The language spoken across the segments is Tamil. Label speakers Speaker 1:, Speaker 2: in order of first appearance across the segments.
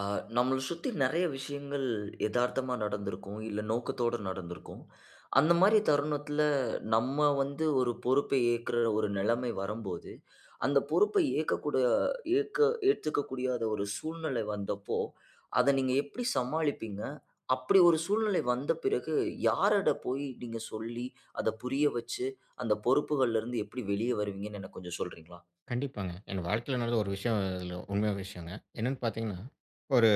Speaker 1: ஆ, நம்மள சுத்தி நெறைய விஷயங்கள் எதார்த்தமா நடந்திருக்கும். இல்ல நோக்கத்தோட நடந்திருக்கும். அந்த மாரி தருணத்துல நம்ம வந்து ஒரு பொறுப்பை ஏற்கிற ஒரு நிலைமை வரும்போது, அந்த பொறுப்பை ஏற்கக்கூடிய ஏற்க ஏத்துக்கக்கூடியாத ஒரு சூழ்நிலை வந்தப்போ, அத நீங்க எப்படி சமாளிப்பீங்க? அப்படி ஒரு சூழ்நிலை வந்த பிறகு யாரிட போய் நீங்க சொல்லி, அத புரிய வச்சு, அந்த பொறுப்புகள்ல இருந்து எப்படி வெளிய வருவீங்கன்னு எனக்கு கொஞ்சம் சொல்றீங்களா?
Speaker 2: கண்டிப்பாங்க. என் வாழ்க்கையில நடந்த ஒரு விஷயம் இதுல உண்மையான விஷயங்க. என்னன்னு பார்த்தீங்கன்னா, ஒரு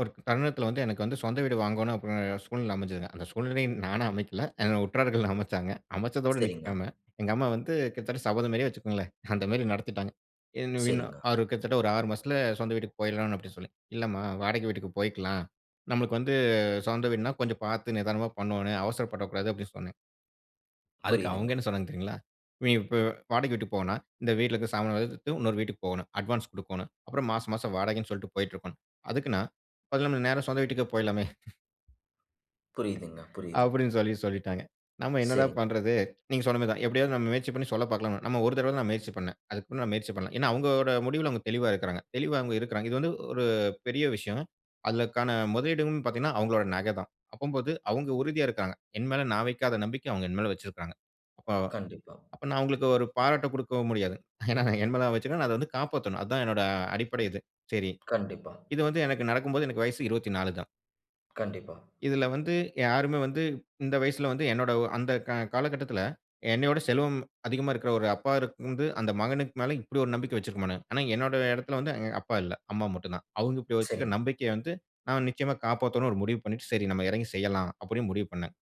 Speaker 2: ஒரு தருணத்தில வந்து எனக்கு வந்து சொந்த வீடு வாங்கணும் அப்படிங்கிற சூழ்நிலை அமைஞ்சதுங்க. அந்த சூழ்நிலையை நானா அமைக்கல. என்னோட உற்றார்கள் அமைச்சாங்க. அமைச்சதோட
Speaker 1: சரிங்க,
Speaker 2: நிக்காம, எங்க அம்மா வந்து கிட்டத்தட்ட சபதம் மாரியே வச்சுக்கோங்களேன். அந்த மாரி நடத்திட்டாங்க. என்ன இன்னும்
Speaker 1: சரிங்க.
Speaker 2: ஒரு கிட்டத்தட்ட ஒரு 6 மாசத்துல சொந்த வீட்டுக்கு போயிடலாம்னு அப்படின்னு சொல்லி. இல்லம்மா வாடகை வீட்டுக்கு போய்க்கலாம். நம்மளுக்கு வந்து சொந்த வீடுனா கொஞ்சம் பார்த்து நிதானமா பண்ணணும். அவசரப்படக்கூடாது அப்படின்னு சொன்னாங்க. அதுக்கு
Speaker 1: புரியுதுங்க,
Speaker 2: அவங்க என்ன சொன்னாங்க தெரியுங்களா? நீ இப்ப வாடகை வீட்டுக்கு போனா, இந்த வீட்ல இருக்க சாமான் எடுத்து இன்னொரு வீட்டுக்கு போகணும். அட்வான்ஸ் குடுக்கோணும். அப்புறம் மாசம் மாசம் வாடகைன்னு சொல்லிட்டு போயிட்டு இருக்கோணும். அதுக்கு நான் பதில் நம்ம நேரா சொந்த வீட்டுக்கே போயிடலாமே!
Speaker 1: புரியுதுங்க, புரியுது.
Speaker 2: அப்படின்னு சொல்லி சொல்லிட்டாங்க. நம்ம என்னடா
Speaker 1: சரி.
Speaker 2: பண்றது? நீங்க சொன்ன மாரி தான். எப்படியாவது நம்ம முயற்சி பண்ணி சொல்ல பார்க்கலாம். நம்ம ஒரு தடவ தான் நான் முயற்சி பண்ணேன். அதுக்கப்புறம் நான் முயற்சி பண்ணல. ஏன்னா அவங்களோட முடிவுல அவங்க தெளிவா இருக்கிறாங்க. தெளிவா அவங்க இருக்கிறாங்க. இது வந்து ஒரு பெரிய விஷயம். அதுக்கான முதலீடுன்னு பார்த்தீங்கன்னா, அவங்களோட நகை தான். அப்பம்போது அவங்க உறுதியா இருக்காங்க. என் மேல நான் வைக்காத நம்பிக்கை அவங்க என் மேல வச்சிருக்காங்க. அப்போ
Speaker 1: கண்டிப்பா,
Speaker 2: அப்ப நான் உங்களுக்கு ஒரு பாராட்ட குடுக்கவும் முடியாது. ஏன்னா நான் என் மேல வச்சுருக்கேன். நான் அத வந்து காப்பாத்தணும். அதான் என்னோட அடிப்படை இது. சரி.
Speaker 1: கண்டிப்பா,
Speaker 2: இது வந்து எனக்கு நடக்கும்போது எனக்கு வயசு 24 தான்.
Speaker 1: கண்டிப்பா.
Speaker 2: இதுல வந்து யாருமே வந்து இந்த வயசுல வந்து என்னோட அந்த காலகட்டத்துல என்னையோட செல்வம் அதிகமா இருக்கிற ஒரு அப்பா இருந்து அந்த மகனுக்கு மேல இப்படி ஒரு நம்பிக்கை வச்சிருக்க மாட்டாங்க. ஆனா என்னோட இடத்துல வந்து எங்க அப்பா இல்ல. அம்மா மட்டும் தான். அவங்க இப்படி வச்சுருக்க
Speaker 1: சரிங்க,
Speaker 2: நம்பிக்கைய வந்து நான் நிச்சயமா காப்பாத்தணும்னு ஒரு முடிவு பண்ணிட்டு, சரி நம்ம இறங்கி செய்யலாம் அப்படின்னு முடிவு பண்ணேன்.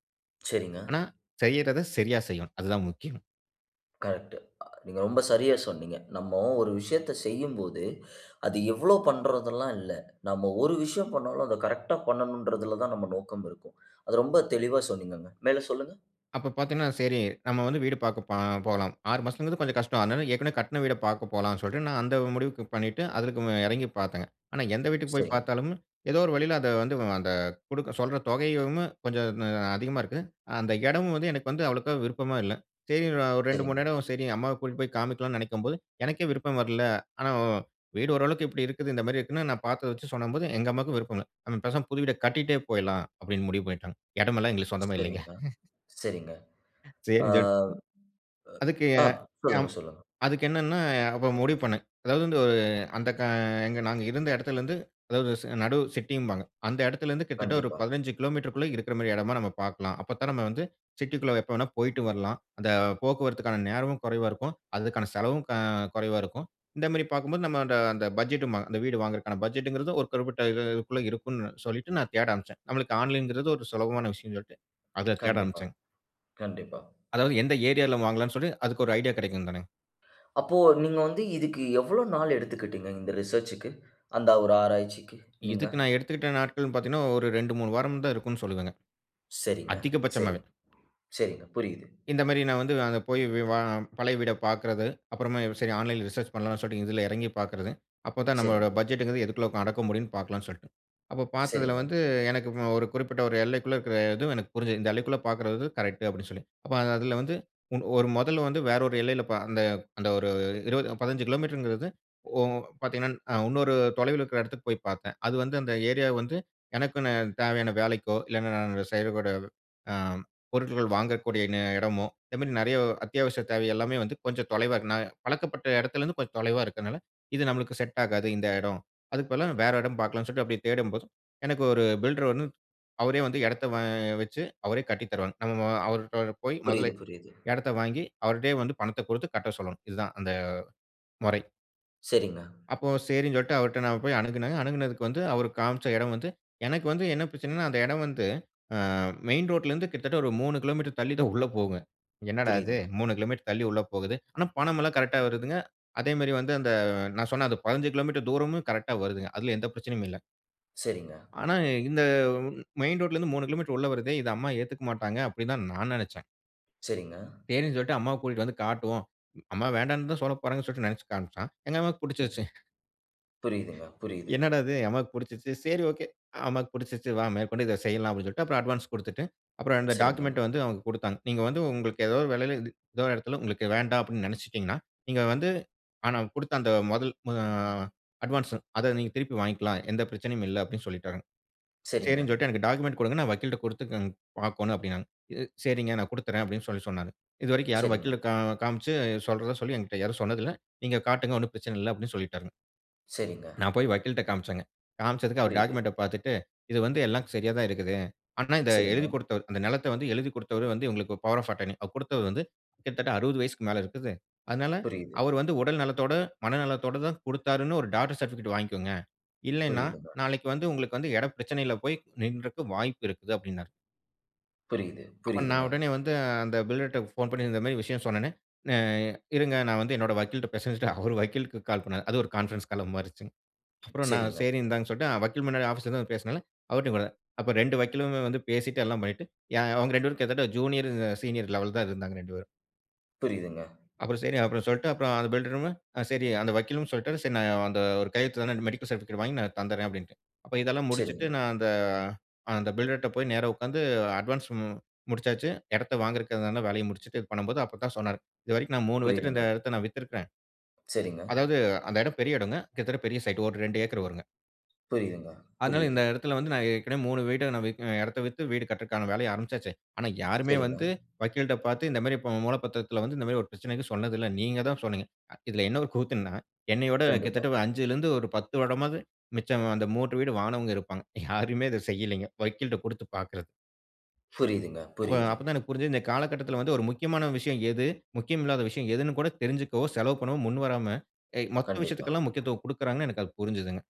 Speaker 1: சரிங்க.
Speaker 2: ஆனா செய்யறத சரியா செய்யணும். அதுதான் முக்கியம்.
Speaker 1: கரெக்ட்டு. நீங்க ரொம்ப சரியா சொன்னீங்க. நம்ம ஒரு விஷயத்த செய்யும்போது, அது எவ்ளோ பண்றதெல்லாம் இல்ல. நம்ம ஒரு விஷயம் பண்ணாலும், அத கரெக்ட்டா பண்ணணுன்றதுல தான் நம்ம நோக்கம் இருக்கும். அது ரொம்ப தெளிவா சொன்னீங்கங்க. மேல சொல்லுங்க.
Speaker 2: அப்ப பார்த்தீங்கன்னா, சரி நம்ம வந்து வீடு பார்க்க போலாம். 6 மாசங்கிறது கொஞ்சம் கஷ்டம். அதனால ஏற்கனவே கட்டுன வீட பார்க்க போலான்னு சொல்லிட்டு, நான் அந்த முடிவுக்கு பண்ணிட்டு, அதுக்கு இறங்கி பார்த்தேங்க. ஆனா, எந்த வீட்டுக்கு போய்
Speaker 1: சரிங்க,
Speaker 2: பார்த்தாலும், ஏதோ ஒரு வழியில அத வந்து அந்த குடுக்க சொல்ற தொகையும் கொஞ்சம் அதிகமா இருக்கு. அந்த இடமும் வந்து எனக்கு வந்து அவ்வளோக்கா விருப்பமா இல்ல. சரி ஒரு 2,
Speaker 1: சரிங்க,
Speaker 2: 3 இடம் சரி அம்மாவ கூட்டிட்டு போய் காமிக்கலாம்னு நினைக்கும்போது, எனக்கே விருப்பம் வரல. ஆனா, வீடு ஓரளவுக்கு இப்படி இருக்குது, இந்த மாரி இருக்குன்னு நான் பார்த்தத வச்சு சொன்னம்போது, எங்க அம்மாவுக்கும் விருப்பம் இல்ல. நம்ம பேசாம புது வீட கட்டிட்டே போயிடலாம் அப்படின்னு முடிவு பண்ணிட்டாங்க. இடமெல்லாம் எங்களுக்கு சொந்தமே இல்லைங்க.
Speaker 1: சரிங்க, சரிங்க. ஆ,
Speaker 2: சரின்னு சொல்லி அதுக்கு
Speaker 1: ஆ, சொல்லுங்க,
Speaker 2: அம்
Speaker 1: சொல்லுங்க.
Speaker 2: அதுக்கு என்னன்னா, அப்ப முடிவு பண்ணேன். அதாவது வந்து ஒரு அந்த எங்க நாங்க இருந்த இடத்துலருந்து, அதாவது நடு சிட்டிம்பாங்க. அந்த இடத்துலருந்து கிட்டத்தட்ட ஒரு
Speaker 1: கண்டிப்பா,
Speaker 2: 15 கிலோமீட்டருக்குள்ள இருக்கிற மாரி இடமா நம்ம பார்க்கலாம். அப்பத்தான் நம்ம வந்து சிட்டிக்குள்ள எப்ப வேணா போயிட்டு வரலாம். அந்த போக்குவரத்துக்கான நேரமும் குறைவா இருக்கும். அதுக்கான செலவும் குறைவா இருக்கும். இந்த மாரி பார்க்கும்போது நம்ம அந்த அந்த பட்ஜெட்டும்பாங்க. அந்த வீடு வாங்குறதுக்கான பட்ஜெட்டுங்கிறது ஒரு குறிப்பிட்ட இது இதுக்குள்ள இருக்கும்ன்னு சொல்லிட்டு நான் தேட ஆரம்பிச்சேன். நம்மளுக்கு ஆன்லைன்ங்கிறது ஒரு சுலபமான விஷயம்ன்னு சொல்லிட்டு, அதுல தேட
Speaker 1: கண்டிப்பா,
Speaker 2: ஆரம்பிச்சேங்க.
Speaker 1: கண்டிப்பா.
Speaker 2: அதாவது எந்த ஏரியால வாங்கலாம்ன்னு சொல்லி அதுக்கு ஒரு ஐடியா கிடைக்கும் தானே!
Speaker 1: அப்போ நீங்க வந்து இதுக்கு எவ்ளோ நாள் எடுத்துக்கிட்டீங்க இந்த ரிசர்ச்சுக்கு? அந்த ஒரு ஆராய்ச்சிக்கு நீங்க?
Speaker 2: இதுக்கு நான் எடுத்துக்கிட்ட நாட்கள்ன்னு பார்த்தீங்கன்னா, ஒரு 2, 3 வாரம் தான் இருக்கும்ன்னு சொல்லுவேங்க.
Speaker 1: சரிங்க, சரி.
Speaker 2: அதிகபட்சமாவே.
Speaker 1: சரிங்க. புரியுது.
Speaker 2: இந்த மாரி நான் வந்து அங்க போய் வி வா பழைய வீட பார்க்குறது. அப்புறமா சரி ஆன்லைன்ல ரிசர்ச் பண்ணலாம்னு சொல்லிட்டு இதுல இறங்கி பார்க்குறது. அப்ப தான் நம்மளோட
Speaker 1: சரிங்க,
Speaker 2: பட்ஜெட்ங்கிறது எதுக்குள்ள அடக்க முடியும்ன்னு பார்க்கலாம்னு சொல்லிட்டு. அப்ப பார்த்ததுல
Speaker 1: சரிங்க.
Speaker 2: வந்து எனக்கு ஒரு குறிப்பிட்ட ஒரு எல்லைக்குள்ள இருக்கிற இதுவும் எனக்கு புரிஞ்சது. இந்த எல்லைக்குள்ள பார்க்குறது கரெக்ட் அப்படின்னு சொல்லி. அப்ப அதுல வந்து உன் ஒரு முதல்ல வந்து வேற ஒரு எல்லையில அந்த அந்த ஒரு 20 15 கிலோமீட்டர்ங்கிறது ஒ பார்த்தீங்கன்னா, இன்னொரு தொலைவில இருக்கிற இடத்துக்கு போய் பார்த்தேன். அது வந்து அந்த ஏரியா வந்து எனக்கு நான் தேவையான வேலைக்கோ, இல்லன்னா நான் செய்யக்கூடிய அ பொருட்கள் வாங்கக்கூடிய இடமோ, இந்த மாரி நெறைய அத்தியாவசிய தேவை எல்லாமே வந்து கொஞ்சம் தொலைவா இருக்கு. நான் பழக்கப்பட்ட இடத்துலருந்து கொஞ்சம் தொலைவா இருக்கனால, இது நம்மளுக்கு செட் ஆகாது இந்த இடம். அதுக்கு பதிலா வேற இடம் பார்க்கலாம்னு சொல்லிட்டு அப்படி தேடும்போது, எனக்கு ஒரு பில்டர் வந்து அவரே வந்து இடத்த வச்சு அவரே கட்டி தருவாங்க. நம்ம அவர்ட்ட போய் முதல்ல
Speaker 1: புரியுது, புரியுது.
Speaker 2: இடத்த வாங்கி, அவர்ட்டயே வந்து பணத்த குடுத்து கட்ட சொல்லணும். இதுதான் அந்த முறை.
Speaker 1: சரிங்க.
Speaker 2: அப்போ சரின்னு சொல்லிட்டு அவர்ட்ட நான் போய் அணுகுனேங்க. அணுகுனதுக்கு வந்து அவரு காமிச்ச இடம் வந்து எனக்கு வந்து என்ன பிரச்சனைன்னா, அந்த இடம் வந்து அ மெயின் ரோட்லருந்து கிட்டத்தட்ட ஒரு 3 கிலோமீட்டர் தள்ளி தான் உள்ள போகுங்க. என்னடா இது
Speaker 1: புரியுதுங்க.
Speaker 2: 3 கிலோமீட்டர் தள்ளி உள்ள போகுது. ஆனா பணமெல்லாம் கரெக்ட்டா வருதுங்க. அதேமாரி வந்து அந்த நான் சொன்ன அந்த 15 கிலோமீட்டர் தூரமும் கரெக்ட்டா வருதுங்க. அதுல எந்த பிரச்சனையும் இல்ல.
Speaker 1: சரிங்க,
Speaker 2: ஆனா இந்த மெயின் ரோட்லருந்து 3 கிலோமீட்டர் உள்ள வருதே! இத அம்மா ஏத்துக்க மாட்டாங்க அப்பிடின்னு தான் நான் நினச்சேன்.
Speaker 1: சரிங்க.
Speaker 2: சரின்னு சொல்லிட்டு அம்மாவ கூட்டிட்டு வந்து காட்டுவோம். அம்மா வேண்டான்னு தான் சொல்லப் போறாங்கன்னு சொல்லிட்டு நினச்சு காமிச்சான். எங்க அம்மாவுக்கு
Speaker 1: சரி.
Speaker 2: பிடிச்சிருச்சுங்க.
Speaker 1: புரியுதுங்க. புரியுது.
Speaker 2: என்னடா இது! அம்மாக்கு புடிச்சிருச்சு. சரி ஓகே. அம்மாக்கு புடிச்சிருச்சு. வா மேற்கொண்டு இத செய்யலாம் அப்படின்னு சொல்லிட்டு, அப்புறம் அட்வான்ஸ் குடுத்துட்டு, அப்புறம் அந்த
Speaker 1: சரிங்க,
Speaker 2: டாக்குமெண்ட்ட வந்து அவங்க குடுத்தாங்க. நீங்க வந்து உங்களுக்கு ஏதோ ஒரு வேலையில இது ஏதோ ஒரு இடத்துல உங்களுக்கு வேண்டாம் அப்படின்னு நெனச்சுட்டீங்கன்னா, நீங்க வந்து ஆனா குடுத்த அந்த முதல் அட்வான்ஸ் அத நீங்க திருப்பி வாங்கிக்கலாம். எந்த பிரச்சனையும் இல்ல அப்படின்னு சொல்லிட்டாங்க.
Speaker 1: சரிங்க,
Speaker 2: சரின்னு சொல்லிட்டு எனக்கு டாக்குமெண்ட் குடுங்க. நான் வக்கீல்ட்ட குடுத்து பாக்கணும் அப்படின்னாங்க. இ சரிங்க நான் குடுத்துறேன் அப்படின்னு சொல்லி சொன்னாங்க. இதுவரைக்கும் யாரும்
Speaker 1: சரிங்க,
Speaker 2: வக்கீல காமிச்சு சொல்றதா சொல்லி என்கிட்ட யாரும் சொன்னதில்ல. நீங்க காட்டுங்க ஒண்ணும் பிரச்சனை இல்ல அப்படின்னு சொல்லிட்டாருங்க.
Speaker 1: சரிங்க.
Speaker 2: நான் போய் வக்கீல்ட்ட காமிச்சேங்க. காமிச்சதுக்கு அவர்
Speaker 1: புரியுது.
Speaker 2: டாக்குமெண்ட்ட பார்த்துட்டு, "இது வந்து எல்லாம் சரியா தான் இருக்குது. ஆனா இத
Speaker 1: சரிங்க.
Speaker 2: எழுதி குடுத்தவர் அந்த நிலத்த வந்து எழுதி குடுத்தவரு வந்து இவங்களுக்கு பவர் ஆஃப் அட்டர்னி அவர் குடுத்தவர் வந்து கிட்டத்தட்ட 60 வயசுக்கு மேல இருக்குது. அதனால
Speaker 1: புரியுது.
Speaker 2: அவர் வந்து உடல் நலத்தோட, மனநலத்தோட தான் குடுத்தாருன்னு ஒரு டாட்டர் சர்டிஃபிகேட் வாங்கிக்கோங்க. இல்லைன்னா,
Speaker 1: புரியுதுங்க.
Speaker 2: நாளைக்கு வந்து உங்களுக்கு வந்து இட பிரச்சனையில போய் நின்றக்கு வாய்ப்பு இருக்குது" அப்டின்னாரு.
Speaker 1: புரியுது.
Speaker 2: அப்ப நான்
Speaker 1: புரியுதுங்க.
Speaker 2: உடனே வந்து அந்த பில்டர்ட்ட ஃபோன் பண்ணி இந்த மாரி விஷயம் சொன்னோனே, "அ இருங்க நான் வந்து என்னோட வக்கீல்ட்ட பேசுறேன்னு" சொல்லிட்டு அவரு வக்கீலுக்கு கால் பண்ணாரு. அது ஒரு கான்ஃபரன்ஸ் காலா மாறிச்சுங்க. அப்புறம் நான்
Speaker 1: சரிங்க.
Speaker 2: சரி இந்தாங்கன்னு சொல்லிட்டு, வக்கீல் முன்னாடி ஆஃபீஸ்ல வந்து பேசினால, அவர்ட்டயும் கூட அப்ப 2 வக்கீலுமே வந்து பேசிட்டு எல்லாம் பண்ணிட்டு, அவங்க 2 பேரும் கிட்டத்தட்ட ஜூனியர், சீனியர் லெவல் தான் இருந்தாங்க 2 பேரும்.
Speaker 1: புரியுதுங்க.
Speaker 2: அப்புறம் சரி அப்புறம் சொல்லிட்டு அப்புறம் அந்த பில்டரும் சரி அந்த வக்கீலும் சொல்லிட்டாரு, சரி நான் அந்த ஒரு கையெழுத்து தானே மெடிக்கல் சர்டிஃபிகேட் வாங்கி நான் தந்துர்றேன் அப்படின்ட்டு. அப்ப இதெல்லாம் முடிச்சுட்டு
Speaker 1: சரிங்க.
Speaker 2: நான் அந்த அந்த பில்டர்ட்ட போய் நேரா உட்கார்ந்து அட்வான்ஸ் முடிச்சாச்சு. இடத்த வாங்குறதுக்கான வேலைய முடிச்சுட்டு இது பண்ணும்போது அப்பதான் சொன்னாரு. "இதுவரைக்கும் நான் 3 பேத்துட்ட இந்த
Speaker 1: புரியுதுங்க.
Speaker 2: இடத்த நான் வித்துருக்கிறேன்."
Speaker 1: சரிங்க.
Speaker 2: அதாவது அந்த இடம் பெரிய இடங்க. கிட்டத்தட்ட பெரிய சைட். ஒரு 2 ஏக்கர் வருங்க.
Speaker 1: புரியுதுங்க.
Speaker 2: அதனால
Speaker 1: புரியுது.
Speaker 2: இந்த இடத்துல வந்து நான் ஏற்கனவே 3 வீட்ட நான் இடத்த வித்து வீடு கட்டுறக்கான வேலைய ஆரம்பிச்சாச்சு. ஆனா, யாருமே
Speaker 1: சரிங்க.
Speaker 2: வந்து வக்கீல்ட்ட பார்த்து இந்த மாரி இப்ப மூல பத்திரத்தில வந்து இந்த மாரி ஒரு பிரச்சனைக்கு சொன்னதில்ல. நீங்க தான் சொன்னீங்க. இதுல என்ன ஒரு கூத்துன்னா, என்னையோட
Speaker 1: கண்டிப்பா.
Speaker 2: கிட்டத்தட்ட 5லிருந்து ஒரு 10 வருடமாவது மிச்சம் அந்த 3 வீடு வாங்கினவங்க இருப்பாங்க. யாருமே இத செய்யலைங்க. வக்கீல்ட்ட குடுத்து பார்க்கிறது.
Speaker 1: புரியுதுங்க.
Speaker 2: அப்ப
Speaker 1: புரியுது.
Speaker 2: அப்ப தான் எனக்கு புரிஞ்சது இந்த காலகட்டத்தில வந்து ஒரு முக்கியமான விஷயம் எது? முக்கியம் இல்லாத விஷயம் எதுன்னு கூட தெரிஞ்சுக்கவோ, செலவு பண்ணவோ முன்வராம, மொத்த
Speaker 1: கண்டிப்பா.
Speaker 2: விஷயத்துக்கெல்லாம் முக்கியத்துவம் குடுக்குறாங்கன்னு எனக்கு அது புரிஞ்சுதுங்க.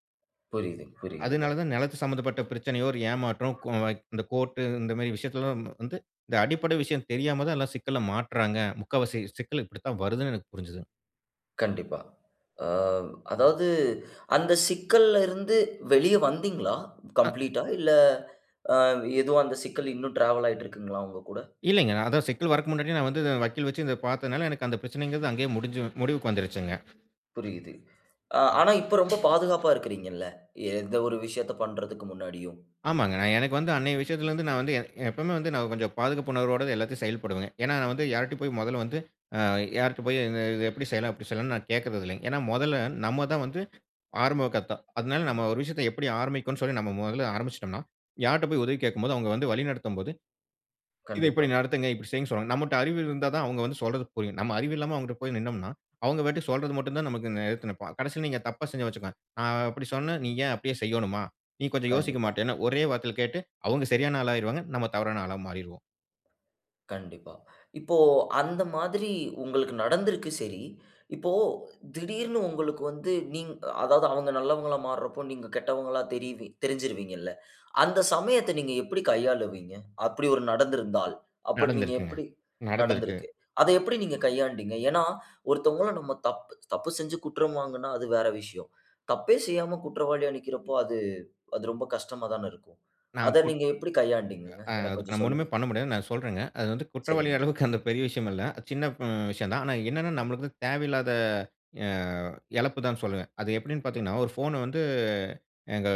Speaker 1: புரியுது, புரியுதுங்க.
Speaker 2: அதனால தான் நிலத்து சம்மந்தப்பட்ட பிரச்சனையோ, ஒரு ஏமாற்றம், இந்த கோர்ட்டு இந்த மாரி விஷயத்துலலாம் வந்து இந்த அடிப்படை விஷயம் தெரியாம தான் எல்லாம் சிக்கல்ல மாட்றாங்க. முக்காவாசி சிக்கல் இப்படித்தான் வருதுன்னு எனக்கு புரிஞ்சுது.
Speaker 1: கண்டிப்பா. அ அதாவது அந்த சிக்கல்ல இருந்து வெளிய வந்தீங்களா?
Speaker 2: அ
Speaker 1: கம்ப்ளீட்டா? இல்ல அ எதுவும் அந்த சிக்கல் இன்னும் டிராவல் ஆயிட்டு இருக்குங்களா உங்க கூட?
Speaker 2: இல்லைங்க. நான் அதான் சிக்கல் வரக்கு முன்னாடியே நான் வந்து இத வக்கீல் வச்சு இத பார்த்ததுனால எனக்கு அந்த பிரச்சனைங்கிறது அங்கேயே முடிஞ்சு முடிவுக்கு வந்துருச்சுங்க.
Speaker 1: புரியுது. ஆனா இப்ப ரொம்ப பாதுகாப்பா இருக்கிறீங்கல்ல? எந்த ஒரு விஷயத்த பண்றதுக்கு முன்னாடியும்.
Speaker 2: ஆமாங்க. நான் எனக்கு வந்து அன்னைய விஷயத்துலருந்து நான் வந்து எப்பவுமே வந்து நான் கொஞ்சம் பாதுகாப்பு உணர்வோட எல்லாத்தையும் செயல்படுவேங்க. ஏன்னா நான் வந்து யார்ட்டயும் போய் முதல்ல வந்து அ யார்ட்ட போய் இந்த- இது எப்படி செய்யலாம்? அப்படி செய்யலாம்ன்னு நான் கேட்கறது இல்லைங்க. ஏன்னா முதல்ல நம்ம தான் வந்து ஆரம்ப கத்த அதனால நம்ம ஒரு விஷயத்த எப்படி ஆரம்பிக்கணும்னு சொல்லி நம்ம முதல்ல ஆரம்பிச்சுட்டோம்னா, யார்ட்ட போய் உதவி கேட்கும்போது, அவங்க வந்து வழிநடத்தும்போது, "இத
Speaker 1: கண்டிப்பா,
Speaker 2: இப்படி நடத்துங்க, இப்படி செய்யுங்கன்னு" சொல்லுவாங்க. நம்மட்ட அறிவு இருந்தா தான் அவங்க வந்து சொல்றது புரியும். நம்ம அறிவு இல்லாம அவங்கட்ட போய் நின்னோம்னா, அவங்க பாட்டுக்கு சொல்றது மட்டும் தான் நமக்கு எதிர்த்து நிப்பான். கடைசியில நீங்க தப்பா செஞ்சா வச்சுக்கோங்க, "நான் அப்படி சொன்னேன், நீ ஏன் அப்படியே செய்யணுமா? நீ கொஞ்சம் யோசிக்க
Speaker 1: கண்டிப்பா.
Speaker 2: மாட்டியான்னு" ஒரே வார்த்தையில கேட்டு, அவங்க சரியான ஆளா ஆயிருவாங்க. நம்ம தவறான ஆளா மாறிருவோம்.
Speaker 1: கண்டிப்பா. இப்போ அந்த மாதிரி உங்களுக்கு நடந்திருக்கு சரி. இப்போ திடீர்னு உங்களுக்கு வந்து அதாவது அவங்க நல்லவங்களா மாறுறப்போ, நீங்க கெட்டவங்களா தெரிஞ்சிருவீங்கல்ல. அந்த சமயத்த நீங்க எப்படி கையாளுவீங்க? அப்படி ஒரு நடந்திருந்தால், அப்படி நீங்க
Speaker 2: நடந்திருக்குங்க.
Speaker 1: எப்படி
Speaker 2: நடந்திருக்கு.
Speaker 1: நடந்திருக்கு. அத எப்படி நீங்க கையாண்டீங்க? ஏன்னா, ஒருத்தவங்கள நம்ம தப்பு தப்பு செஞ்சு குற்றம் வாங்குனா அது வேற விஷயம். தப்பே செய்யாம குற்றவாளியா நிக்கிறப்போ, அது அது ரொம்ப கஷ்டமா தான இருக்கும்.
Speaker 2: நான்
Speaker 1: அத
Speaker 2: கூட்
Speaker 1: நீங்க எப்படி கையாண்டீங்கங்க? எனக்கு
Speaker 2: அதுக்கு
Speaker 1: கொஞ்சம்
Speaker 2: நம்ம ஒண்ணுமே
Speaker 1: சொல்லுங்க.
Speaker 2: பண்ண முடியாது. நான் சொல்றேங்க. அது வந்து குற்றவாளி
Speaker 1: சரிங்க,
Speaker 2: அளவுக்கு அந்த பெரிய விஷயம் இல்ல. அது சின்ன விஷயம் தான். ஆனா என்னன்னா, நம்மளுக்கு வந்து தேவையில்லாத அ இழப்பு தான் சொல்லுவேன். அது எப்படின்னு பார்த்தீங்கன்னா, ஒரு ஃபோன வந்து எங்க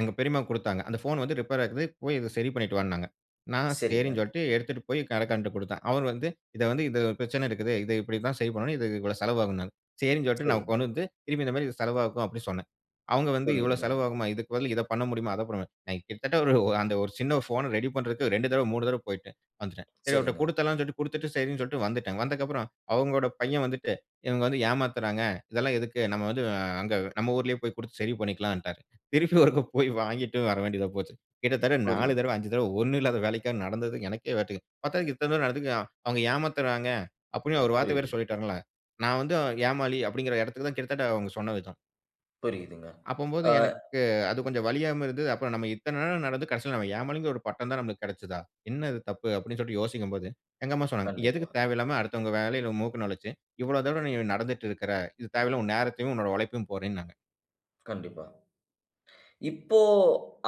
Speaker 2: எங்க பெரியம்மாக்கு குடுத்தாங்க. அந்த ஃபோன் வந்து ரிப்பேர் ஆகுது. போய் இத சரி பண்ணிட்டு வான்னாங்க. நான்
Speaker 1: சரிங்க.
Speaker 2: சரின்னு சொல்லிட்டு எடுத்துட்டு போய் கடைக்காரன்ட்ட குடுத்தேன். அவர் வந்து இத வந்து இது பிரச்சனை இருக்குது. இத இப்படி தான் சரி பண்ணணும். இது இவ்வளோ செலவாகும்னாங்க. சரின்னு சொல்லிட்டு நான்
Speaker 1: சரிங்க.
Speaker 2: கொண்டு வந்து திருப்பி இந்த மாரி இது செலவாகும் அப்படின்னு சொன்னேன். அவங்க வந்து இவ்வளோ
Speaker 1: புரியுதுங்க.
Speaker 2: செலவாகுமா? இதுக்கு பதில் இத பண்ண முடியுமா? அத பண்ண நான் கிட்டத்தட்ட ஒரு அந்த ஒரு சின்ன ஃபோன ரெடி பண்றதுக்கு 2 தடவ, 3 தடவ போயிட்டேன். வந்துட்டேன். சரி அவர்ட்ட
Speaker 1: சரிங்க.
Speaker 2: குடுத்தரலாம்னு சொல்லிட்டு குடுத்துட்டு சரின்னு சொல்லிட்டு வந்துட்டேன். வந்ததுக்கப்புறம் அவங்களோட பையன் வந்துட்டு, "இவங்க வந்து ஏமாத்துறாங்க. இதெல்லாம் எதுக்கு? நம்ம வந்து அங்க நம்ம ஊர்லயே போய் குடுத்து சரி பண்ணிக்கலான்ட்டாரு." திருப்பி ஒருக்க போய் வாங்கிட்டு வர வேண்டியதா போச்சு. கிட்டத்தட்ட 4
Speaker 1: புரியுது,
Speaker 2: தடவ, 5 தடவ ஒண்ணும் இல்லாத வேலைக்கா நடந்தது எனக்கே வேட்டுக்கு. பார்த்தா இத்தன தூரம் நடந்துக்கு அவங்க ஏமாத்துறாங்க அப்படின்னு ஒரு வார்த்தை வேற
Speaker 1: புரியுது,
Speaker 2: சொல்லிட்டாருங்களா. நான் வந்து ஏமாளி அப்படிங்கிற இடத்துக்கு தான் கிட்டத்தட்ட அவங்க சொன்ன விதம்.
Speaker 1: புரியுதுங்க.
Speaker 2: அப்பம்போது
Speaker 1: ஆ,
Speaker 2: எனக்கு அது கொஞ்சம் வலியாம இருந்தது. அப்புறம் நம்ம இத்தன நேரம் நடந்து கடைசியில நம்ம ஏமாளிங்கிற ஒரு பட்டம் தான் நம்மளுக்கு கிடைச்சதா? என்ன இது தப்பு? அப்படின்னு சொல்லிட்டு யோசிக்கும்போது, எங்க அம்மா சொன்னாங்க.
Speaker 1: கண்டிப்பா,
Speaker 2: எதுக்கு தேவையில்லாம அடுத்தவங்க வேலையில மூக்க நுழைச்சு, இவ்வளோ தூரம் நீ நடந்துட்டு இருக்கிற? இது தேவையில்லாம உன் நேரத்தையும், உன்னோட உழைப்பையும் போறேன்னாங்க.
Speaker 1: கண்டிப்பா. இப்போ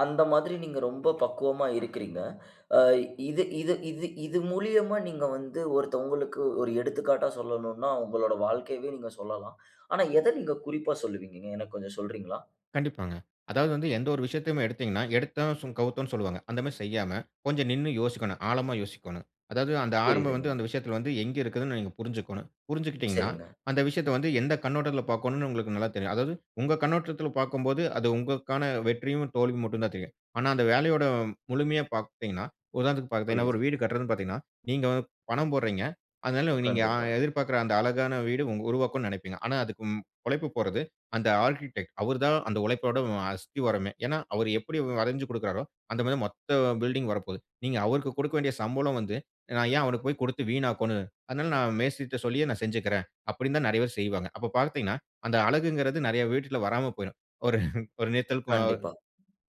Speaker 1: அந்த மாதிரி நீங்க ரொம்ப பக்குவமா இருக்கிறீங்க. அ இது இது இது இது மூலியமா நீங்க வந்து ஒருத்தவங்களுக்கு ஒரு எடுத்துக்காட்டா சொல்லணும்னா, உங்களோட வாழ்க்கையவே நீங்க சொல்லலாம். ஆனா, எத நீங்க குறிப்பா சொல்லுவீங்கங்க? எனக்கு கொஞ்சம் சொல்றீங்களா?
Speaker 2: கண்டிப்பாங்க. அதாவது வந்து எந்த ஒரு விஷயத்தையுமே எடுத்தீங்கன்னா, எடுத்தோம் கவுத்தோம்ன்னு சொல்லுவாங்க. அந்த மாரி செய்யாம, கொஞ்சம் நின்னு யோசிக்கணும். ஆழமா யோசிக்கணும். அதாவது அந்த ஆரம்பம்
Speaker 1: புரியுதுங்க.
Speaker 2: வந்து அந்த விஷயத்துல வந்து எங்க இருக்குதுன்னு நீங்க புரிஞ்சுக்கணும். புரிஞ்சுக்கிட்டீங்கன்னா,
Speaker 1: சரிங்க.
Speaker 2: அந்த விஷயத்த வந்து எந்த கண்ணோட்டத்துல பார்க்கணும்னு உங்களுக்கு நல்லா தெரியும். அதாவது உங்க கண்ணோட்டத்துல பார்க்கும்போது, அது உங்களுக்கான வெற்றியும், தோல்வியும் மட்டும் தான் தெரியும். ஆனா அந்த வேலையோட முழுமையா பார்த்தீங்கன்னா, உதாரணத்துக்கு பார்த்தீங்கன்னா,
Speaker 1: புரியுது.
Speaker 2: ஒரு வீடு கட்டுறதுன்னு பார்த்தீங்கன்னா, நீங்க வந்து பணம் போடுறீங்க. அதனால நீங்க
Speaker 1: கண்டிப்பா,
Speaker 2: எதிர்பார்க்குற அந்த அழகான வீடு உருவாக்கும்னு நினைப்பீங்க. ஆனா அதுக்கு உழைப்பு போறது அந்த ஆர்க்கிடெக்ட். அவர் தான் அந்த உழைப்போட அஸ்திவாரமே. ஏன்னா, அவரு எப்படி வரைஞ்சு குடுக்குறாரோ, அந்த மாரி மொத்த பில்டிங் வரப்போது. நீங்க அவருக்கு கொடுக்க வேண்டிய சம்பளம் வந்து, நான் ஏன் அவருக்கு போய் கொடுத்து வீணாக்கணும்? அதனால நான் மேஸ்திரிட்ட சொல்லியே நான் செஞ்சுக்கிறேன். அப்படின்னு தான் நெறைய பேர் செய்வாங்க. அப்ப பார்த்தீங்கன்னா, அந்த அழகுங்கிறது நெறைய வீட்ல வராம போயிரும். ஒரு ஒரு நிறுத்தல்
Speaker 1: கண்டிப்பா,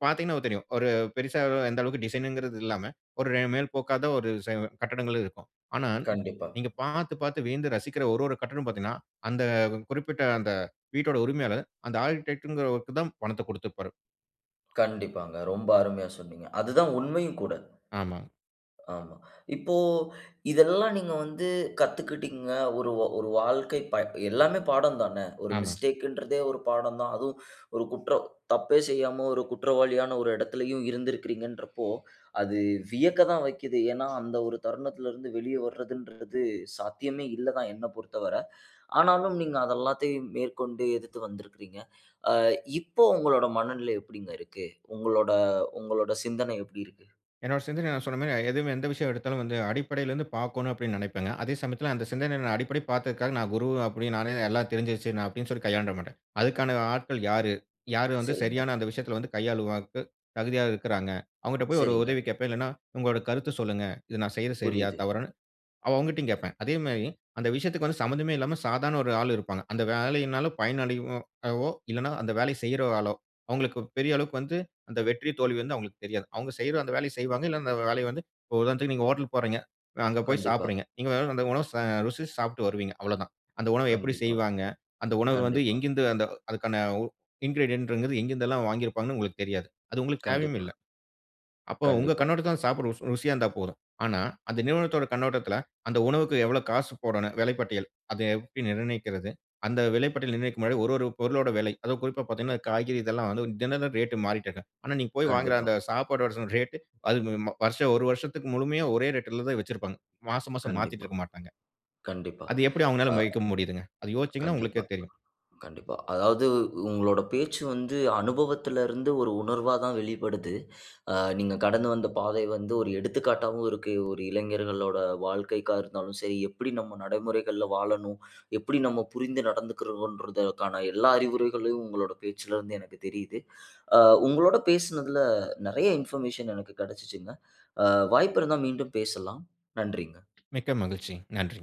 Speaker 2: பார்த்தீங்கன்னா தெரியும். ஒரு பெருசா எந்த அளவுக்கு டிசைனுங்கிறது இல்லாம, மேல் போக்காத ஒரு ச கட்டடங்களும் இருக்கும். ஆனா,
Speaker 1: கண்டிப்பா,
Speaker 2: நீங்க பார்த்து, பார்த்து வியந்து ரசிக்கிற ஒரு ஒரு கட்டடமும் பார்த்தீங்கன்னா, அந்த குறிப்பிட்ட அந்த வீட்டோட உரிமையாளர், அந்த ஆர்க்கிடெக்ட்டுங்கிறவருக்கு தான் பணத்த குடுத்துருப்பாரு.
Speaker 1: கண்டிப்பாங்க. ரொம்ப அருமையா சொன்னீங்க. அதுதான் உண்மையும் கூட.
Speaker 2: ஆமாங்க,
Speaker 1: ஆமா. இப்போ இதெல்லாம் நீங்க வந்து கத்துக்கிட்டீங்க. ஒரு வாழ்க்கை ப எல்லாமே பாடம் தான. ஒரு
Speaker 2: ஆமாங்க.
Speaker 1: மிஸ்டேக்குன்றதே ஒரு பாடம் தான். அதுவும் ஒரு குற்றம் தப்பே செய்யாம ஒரு குற்றவாளியான ஒரு இடத்துலயும் இருந்திருக்கிறீங்கன்றப்போ, அது வியக்க தான் வைக்குது. ஏன்னா, அந்த ஒரு தருணத்திலருந்து வெளிய வர்றதுன்றது சாத்தியமே இல்ல தான் என்ன பொறுத்தவர. ஆனாலும் நீங்க அத எல்லாத்தையும் மேற்கொண்டு எதிர்த்து வந்திருக்கிறீங்க. அ இப்போ உங்களோட மனநிலை எப்படிங்க இருக்கு? உங்களோட உங்களோட சிந்தனை எப்படி இருக்கு?
Speaker 2: என்னோட சிந்தனை நான் சொன்ன மாரி எதுவும் எந்த விஷயம் எடுத்தாலும் வந்து அடிப்படையிலேருந்து பார்க்கணும் அப்படின்னு நினைப்பேங்க. அதே சமயத்தில அந்த சிந்தனை நான் அடிப்படை பார்த்ததுக்காக நான் குரு அப்படி நானே எல்லாம் தெரிஞ்சிருச்சு நான் அப்படின்னு சொல்லி கையாண்ட மாட்டேன். அதுக்கான ஆட்கள் யாரு? யாரு வந்து
Speaker 1: சரிங்க,
Speaker 2: சரியான அந்த விஷயத்தில வந்து கையாளுவாக்கு தகுதியா இருக்கிறாங்க? அவங்ககிட்ட போய் ஒரு
Speaker 1: சரிங்க.
Speaker 2: உதவி கேட்பேன். இல்லைன்னா, உங்களோட கருத்து சொல்லுங்க. இது நான் செய்றது சரியா?
Speaker 1: புரியுது.
Speaker 2: தவறா? அவங்கட்டயும் கேட்பேன். அதே மாரி, அந்த விஷயத்துக்கு வந்து சம்மந்தமே இல்லாம சாதாரண ஒரு ஆள் இருப்பாங்க. அந்த வேலையினால பயனடைவோ அவோ இல்லன்னா அந்த வேலைய செய்ற ஆளோ, அவங்களுக்கு பெரிய அளவுக்கு வந்து அந்த வெற்றி, தோல்வி வந்து அவங்களுக்கு தெரியாது. அவங்க செய்ற அந்த வேலைய செய்வாங்க. இல்ல அந்த வேலைய வந்து இப்போ உதாரணத்துக்கு நீங்க ஹோட்டல் போறீங்க. அங்க போய்
Speaker 1: கண்டிப்பா,
Speaker 2: சாப்பிடுறீங்க. நீங்க வெறும் அந்த உணவு ருசிச்சு சாப்பிட்டு வருவீங்க. அவ்வளோதான். அந்த உணவ எப்படி
Speaker 1: கண்டிப்பா,
Speaker 2: செய்வாங்க? அந்த உணவு வந்து
Speaker 1: கண்டிப்பா,
Speaker 2: எங்கிருந்து அந்த அதுக்கான இன்கிரீடியன்ட்ங்கிறது எங்கிருந்தெல்லாம் வாங்கியிருப்பாங்கன்னு உங்களுக்கு தெரியாது. அது உங்களுக்கு தேவையும்
Speaker 1: கண்டிப்பா,
Speaker 2: இல்ல. அப்போ உங்க
Speaker 1: கண்டிப்பா,
Speaker 2: கண்ணோட்டத்துல சாப்பாடு ருசி ருசியா இருந்தா போதும். ஆனா, அந்த நிறுவனத்தோட கண்ணோட்டத்துல அந்த உணவுக்கு எவ்வளோ காசு போடணும், விலைப்பட்டியல். அத எப்படி நிர்ணயிக்கிறது? அந்த விலைப்பட்டியல் நிர்ணயிக்கும் முன்னாடி ஒரு, ஒரு பொருளோட விலை. அதுவும் குறிப்பா பார்த்தீங்கன்னா, காய்கறி இதெல்லாம் வந்து தினம் ரேட்டு மாறிட்டே இருக்கும். ஆனா, நீங்க போய் வாங்குற
Speaker 1: கண்டிப்பா,
Speaker 2: அந்த சாப்பாடோட ரேட்டு அது ம ம- வருஷம் 1 வருஷத்துக்கு முழுமையா ஒரே ரேட்ல தான் வச்சிருப்பாங்க. மாசம், மாசம் மாத்திட்டு
Speaker 1: கண்டிப்பா,
Speaker 2: இருக்க மாட்டாங்க.
Speaker 1: கண்டிப்பா.
Speaker 2: அது எப்படி அவங்களால
Speaker 1: அ
Speaker 2: வைக்க முடியுதுங்க? அது யோசிச்சீங்கன்னா
Speaker 1: கண்டிப்பா,
Speaker 2: உங்களுக்கே தெரியும்.
Speaker 1: கண்டிப்பா. அதாவது உங்களோட பேச்சு வந்து அனுபவத்திலருந்து ஒரு உணர்வா தான் வெளிப்படுது. நீங்க கடந்து வந்த பாதை வந்து ஒரு எடுத்துக்காட்டாவும் இருக்கு. ஒரு இளைஞர்களோட வாழ்க்கைக்கா இருந்தாலும் சரி, எப்படி நம்ம நடைமுறைகள்ல வாழணும், எப்படி நம்ம புரிந்து நடந்துக்கிறோன்றதற்கான எல்லா அறிவுரைகளையும் உங்களோட பேச்சிலருந்து எனக்கு தெரியுது. அ உங்களோட பேசுனதுல நெறைய இன்ஃபர்மேஷன் எனக்கு கெடைச்சுச்சுங்க. அ வாய்ப்பு இருந்தா மீண்டும் பேசலாம். நன்றிங்க.
Speaker 2: மிக்க மகிழ்ச்சி. நன்றி.